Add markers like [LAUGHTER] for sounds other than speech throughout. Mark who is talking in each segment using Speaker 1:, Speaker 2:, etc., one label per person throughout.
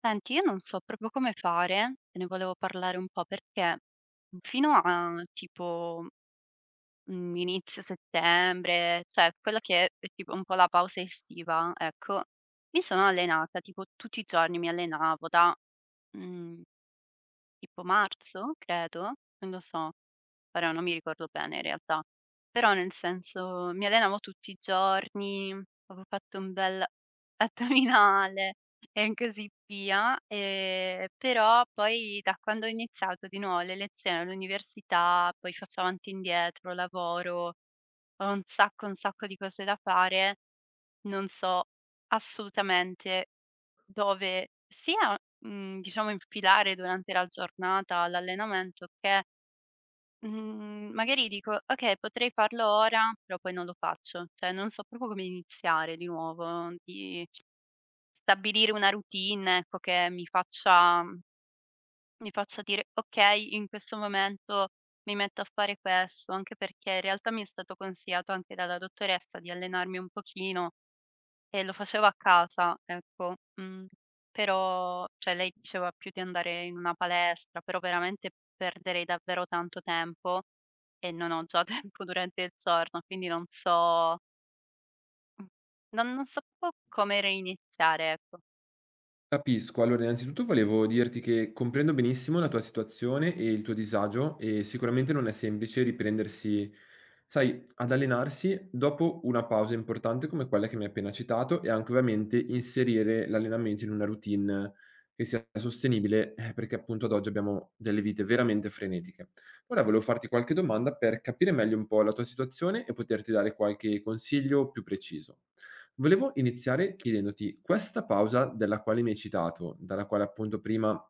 Speaker 1: Senti, io non so proprio come fare, te ne volevo parlare un po' perché fino a tipo mhmm, inizio settembre, cioè quella che è tipo un po' la pausa estiva, ecco, mi sono allenata, tipo tutti i giorni mi allenavo da mhmm tipo marzo, credo, non lo so. Ora non mi ricordo bene in realtà. Però nel senso mi allenavo tutti i giorni, avevo fatto un bel [LAUGHS] addominale e così via, però poi da quando ho iniziato di nuovo le lezioni all'università, poi faccio avanti e indietro, lavoro, ho un sacco di cose da fare, non so assolutamente dove sia, diciamo infilare durante la giornata l'allenamento che, mhmm, magari dico: "Okay, potrei farlo ora", però poi non lo faccio. Cioè non so proprio come iniziare di nuovo, di stabilire una routine, ecco, che mi faccia dire: "Okay, in questo momento mi metto a fare questo", anche perché in realtà mi è stato consigliato anche dalla dottoressa di allenarmi un pochino e lo facevo a casa, ecco. Mhmm, però cioè lei diceva più di andare in una palestra, però veramente perderei davvero tanto tempo e non ho già [LAUGHS] tempo durante il giorno, quindi mhmm, non so po' come reiniziare, ecco.
Speaker 2: Capisco. Allora, innanzitutto volevo dirti che comprendo benissimo la tua situazione e il tuo disagio e sicuramente non è semplice riprendersi, sai, ad allenarsi dopo una pausa importante come quella che mi hai appena citato e anche ovviamente inserire l'allenamento in una routine che sia sostenibile, perché appunto ad oggi abbiamo delle vite veramente frenetiche. Ora volevo farti qualche domanda per capire meglio un po' la tua situazione e poterti dare qualche consiglio più preciso. Volevo iniziare chiedendoti questa pausa della quale mi hai citato, dalla quale appunto prima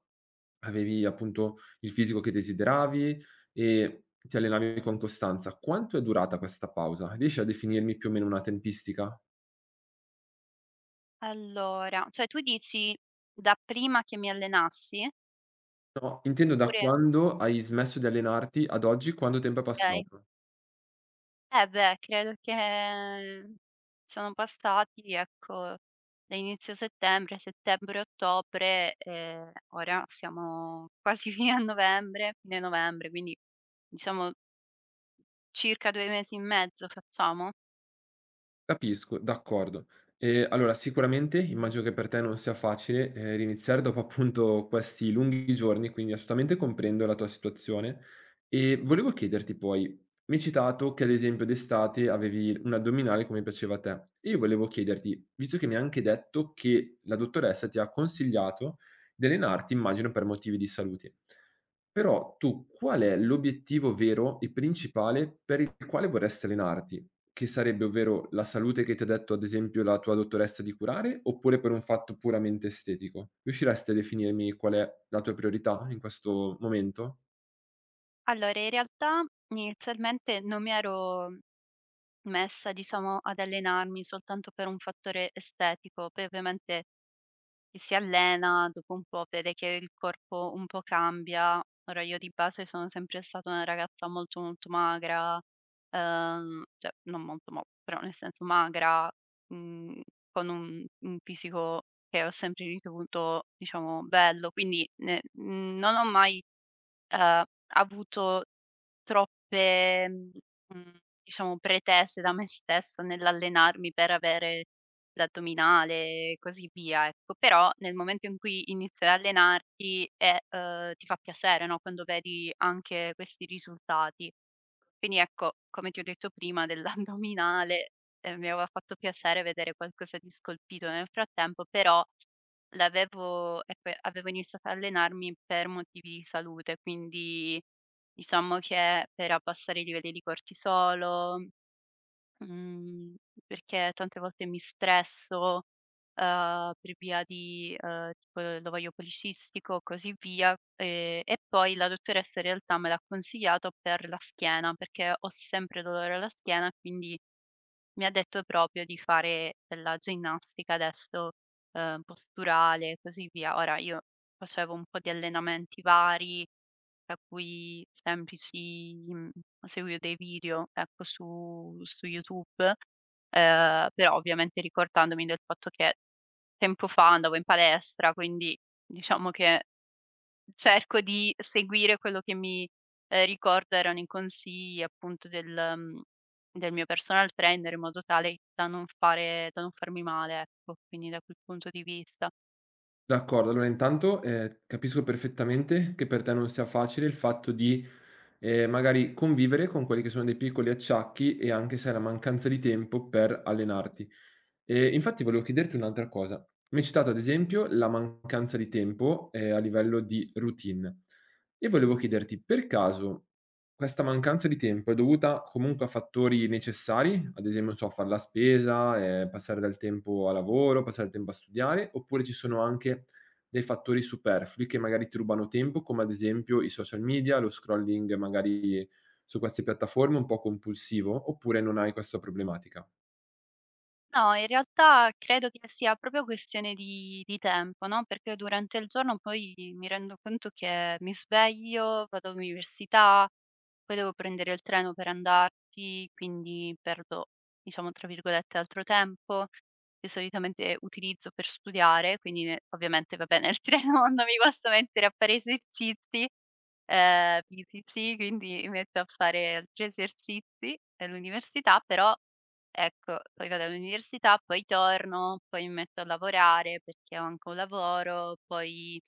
Speaker 2: avevi appunto il fisico che desideravi e ti allenavi con costanza, quanto è durata questa pausa? Riesci a definirmi più o meno una tempistica?
Speaker 1: Allora, cioè tu dici dapprima che mi allenassi?
Speaker 2: No, intendo da
Speaker 1: Oppure?
Speaker 2: quando hai smesso di allenarti ad oggi, quanto tempo è
Speaker 1: Okay.
Speaker 2: passato?
Speaker 1: Eh beh, credo che sono passati, ecco, da inizio settembre, settembre-ottobre, ora siamo [LAUGHS] quasi fine a novembre, fine novembre, quindi diciamo circa 2 mesi e mezzo facciamo?
Speaker 2: Capisco, d'accordo. Allora sicuramente immagino che per te non sia facile, riniziare dopo appunto questi lunghi giorni, quindi assolutamente comprendo la tua situazione. E volevo chiederti poi, mi hai citato che ad esempio d'estate avevi un addominale come piaceva a te, e io volevo chiederti, visto che mi hai anche detto che la dottoressa ti ha consigliato di allenarti, immagino per motivi di salute. Però tu qual è l'obiettivo vero e principale per il quale vorresti allenarti? Che sarebbe, ovvero la salute che ti ha detto ad esempio la tua dottoressa di curare, oppure per un fatto puramente estetico? Riusciresti a definirmi qual è la tua priorità in questo momento?
Speaker 1: Allora in realtà inizialmente non mi ero messa, diciamo, ad allenarmi soltanto per un fattore estetico, poi ovviamente che si allena dopo un po' vede che il corpo un po' cambia. Ora io di base sono sempre stata una ragazza molto, molto magra, cioè non molto mo però nel senso magra, mhmm, con un fisico che ho sempre ritenuto diciamo bello, quindi non ho mai, ehm, avuto troppe, diciamo pretese da me stessa nell'allenarmi per avere l'addominale e così via, ecco. Però nel momento in cui inizi ad allenarti e, ti fa piacere, no, quando vedi anche questi risultati. Quindi ecco, come ti ho detto prima dell'addominale, [LAUGHS] mi aveva fatto piacere vedere qualcosa di scolpito nel frattempo, però l'avevo ecco, avevo iniziato a allenarmi per motivi di salute, quindi diciamo che per abbassare i livelli di cortisolo, Mhmm, perché tante volte mi stresso, per via di, tipo l'ovaio policistico, così via, e poi la dottoressa in realtà me l'ha consigliato per la schiena, perché ho sempre dolore alla schiena, quindi mi ha detto proprio di fare della ginnastica adesso, posturale e così via. Ora io facevo un po' di allenamenti vari, tra cui semplici, seguivo dei video, ecco, su YouTube, però ovviamente ricordandomi del fatto che tempo fa andavo in palestra, quindi diciamo che cerco di seguire quello che mi, ricordo erano i consigli appunto mhmm, del mio personal trainer in modo tale da non farmi male, ecco, quindi da quel punto di vista.
Speaker 2: D'accordo, allora intanto, capisco perfettamente che per te non sia facile il fatto di, magari convivere con quelli che sono dei piccoli acciacchi e anche, sai, la mancanza di tempo per allenarti. Infatti volevo chiederti un'altra cosa. Mi hai citato ad esempio la mancanza di tempo, a livello di routine. Io volevo chiederti, per caso, questa mancanza di tempo è dovuta comunque a fattori necessari? Ad esempio, non so, far la spesa, passare del tempo a lavoro, passare del tempo a studiare, oppure ci sono anche dei fattori superflui che magari ti rubano tempo, come ad esempio i social media, lo scrolling magari su queste piattaforme un po' compulsivo, oppure non hai questa problematica?
Speaker 1: No, in realtà credo che sia proprio questione di tempo, no, perché durante il giorno poi mi rendo conto che mi sveglio, vado all'università, poi devo prendere il treno per andarci, quindi perdo, diciamo, tra virgolette, "altro tempo", che solitamente utilizzo per studiare, quindi ne ovviamente vabbè nel [LAUGHS] treno non mi posso mettere a fare esercizi, fisici, quindi mi metto a fare altri esercizi dell'università, però ecco, poi vado all'università, poi torno, poi mi metto a lavorare perché ho anche un lavoro, poi,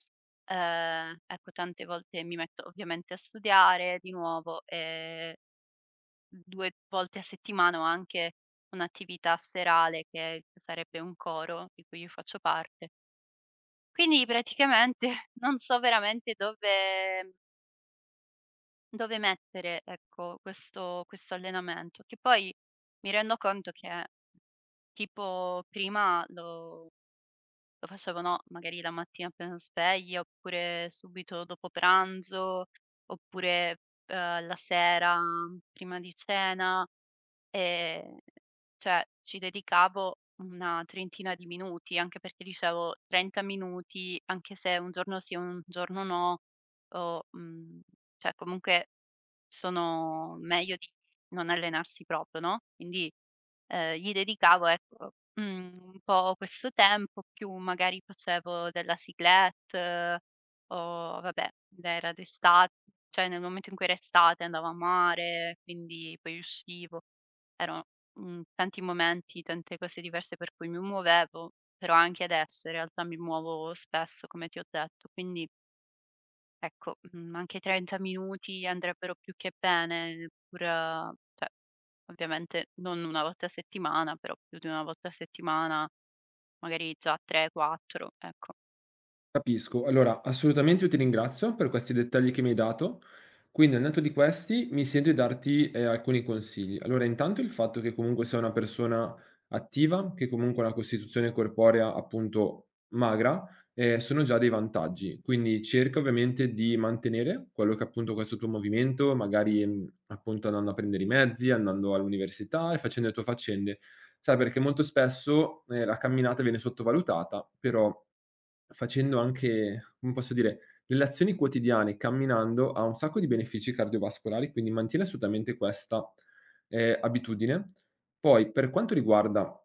Speaker 1: ecco tante volte mi metto ovviamente a studiare di nuovo, 2 volte a settimana ho anche un'attività serale che sarebbe un coro di cui io faccio parte. Quindi praticamente [LAUGHS] non so veramente dove mettere, ecco, questo allenamento, che poi mi rendo conto che tipo prima lo facevo, no, magari la mattina appena sveglia, oppure subito dopo pranzo, oppure, la sera prima di cena, ehm, cioè ci dedicavo una trentina di minuti, anche perché dicevo: "30 minuti, anche se un giorno sì, un giorno no", o, cioè comunque sono meglio di non allenarsi proprio, no, quindi, gli dedicavo ecco, un po' questo tempo, più magari facevo della cyclette o vabbè, era d'estate, cioè nel momento in cui era estate andavo a mare, quindi poi uscivo. Erano, tanti momenti, tante cose diverse per cui mi muovevo, però anche adesso in realtà mi muovo spesso come ti ho detto, quindi ecco, anche 30 minuti andrebbero più che bene, pur cioè, ovviamente non una volta a settimana, però più di una volta a settimana, magari già 3, 4, ecco.
Speaker 2: Capisco. Allora, assolutamente io ti ringrazio per questi dettagli che mi hai dato. Quindi, al netto di questi, mi sento di darti, alcuni consigli. Allora, intanto il fatto che comunque sei una persona attiva, che comunque ha una costituzione corporea, appunto, magra, sono già dei vantaggi. Quindi cerca ovviamente di mantenere quello che è appunto questo tuo movimento, magari, appunto andando a prendere i mezzi, andando all'università e facendo le tue faccende. Sai, perché molto spesso, la camminata viene sottovalutata, però facendo anche, come posso dire, delle azioni quotidiane, camminando, ha un sacco di benefici cardiovascolari, quindi mantieni assolutamente questa, abitudine. Poi, per quanto riguarda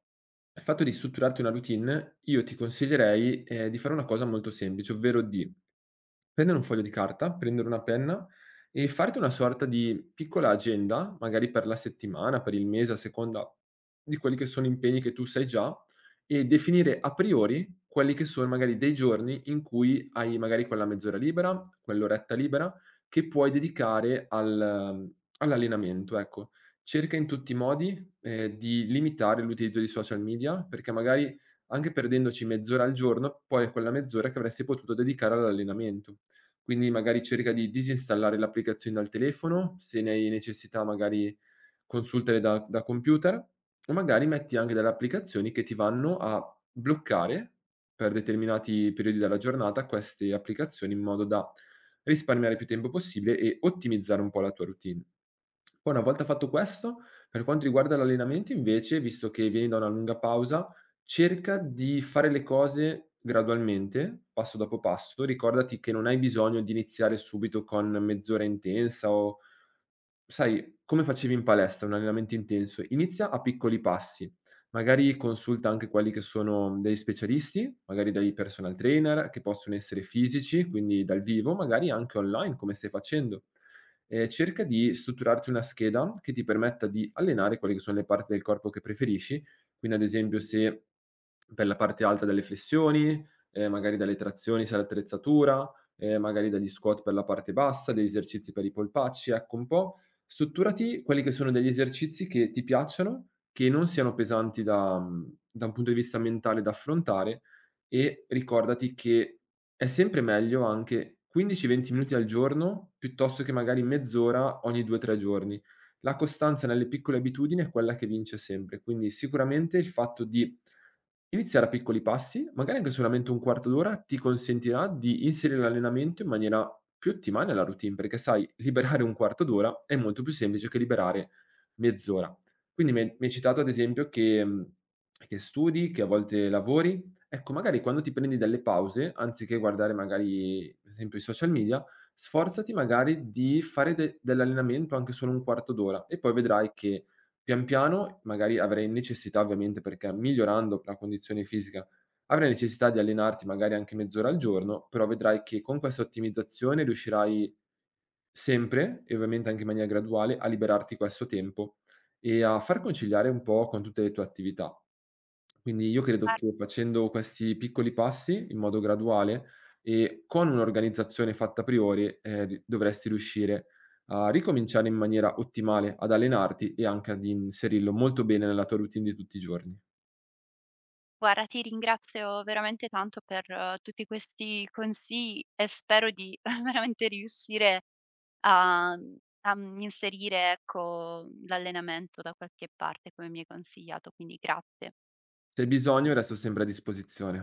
Speaker 2: il fatto di strutturarti una routine, io ti consiglierei, di fare una cosa molto semplice, ovvero di prendere un foglio di carta, prendere una penna e farti una sorta di piccola agenda, magari per la settimana, per il mese, a seconda di quelli che sono impegni che tu sai già, e definire a priori quelli che sono magari dei giorni in cui hai magari quella mezz'ora libera, quell'oretta libera, che puoi dedicare all'allenamento, ecco. Cerca in tutti i modi, di limitare l'utilizzo di social media, perché magari anche perdendoci mezz'ora al giorno, poi è quella mezz'ora che avresti potuto dedicare all'allenamento. Quindi magari cerca di disinstallare l'applicazione dal telefono, se ne hai necessità magari consultale da computer, o magari metti anche delle applicazioni che ti vanno a bloccare, per determinati periodi della giornata, queste applicazioni in modo da risparmiare più tempo possibile e ottimizzare un po' la tua routine. Poi una volta fatto questo, per quanto riguarda l'allenamento invece, visto che vieni da una lunga pausa, cerca di fare le cose gradualmente, passo dopo passo. Ricordati che non hai bisogno di iniziare subito con mezz'ora intensa o, sai, come facevi in palestra, un allenamento intenso, inizia a piccoli passi, magari consulta anche quelli che sono degli specialisti, magari dai personal trainer, che possono essere fisici, quindi dal vivo, magari anche online, come stai facendo. Cerca di strutturarti una scheda che ti permetta di allenare quelle che sono le parti del corpo che preferisci, quindi ad esempio se per la parte alta dalle flessioni, magari dalle trazioni se l'attrezzatura, magari dagli squat per la parte bassa, degli esercizi per i polpacci, ecco un po'. Strutturati quelli che sono degli esercizi che ti piacciono, che non siano pesanti da da un punto di vista mentale da affrontare e ricordati che è sempre meglio anche 15, 20 minuti al giorno, piuttosto che magari mezz'ora ogni 2, 3 giorni. La costanza nelle piccole abitudini è quella che vince sempre, quindi sicuramente il fatto di iniziare a piccoli passi, magari anche solamente un quarto d'ora, ti consentirà di inserire l'allenamento in maniera più ottimale alla routine, perché sai, liberare un quarto d'ora è molto più semplice che liberare mezz'ora. Quindi mi hai citato ad esempio che, che studi, che a volte lavori. Ecco, magari quando ti prendi delle pause, anziché guardare magari, ad esempio, i social media, sforzati magari di fare de dell'allenamento anche solo un quarto d'ora e poi vedrai che pian piano magari avrei necessità, ovviamente perché migliorando la condizione fisica, avrai necessità di allenarti magari anche mezz'ora al giorno, però vedrai che con questa ottimizzazione riuscirai sempre, e ovviamente anche in maniera graduale, a liberarti questo tempo e a far conciliare un po' con tutte le tue attività. Quindi io credo
Speaker 1: Guar
Speaker 2: che facendo questi piccoli passi in modo graduale e con un'organizzazione fatta a priori, ri dovresti riuscire a ricominciare in maniera ottimale ad allenarti e anche ad inserirlo molto bene nella tua routine di tutti i giorni.
Speaker 1: guarda, ti ringrazio veramente tanto per tutti questi consigli e spero di [LAUGHS] veramente riuscire a inserire, ecco, l'allenamento da qualche parte come mi hai consigliato, quindi grazie.
Speaker 2: Se hai bisogno resto sempre a disposizione.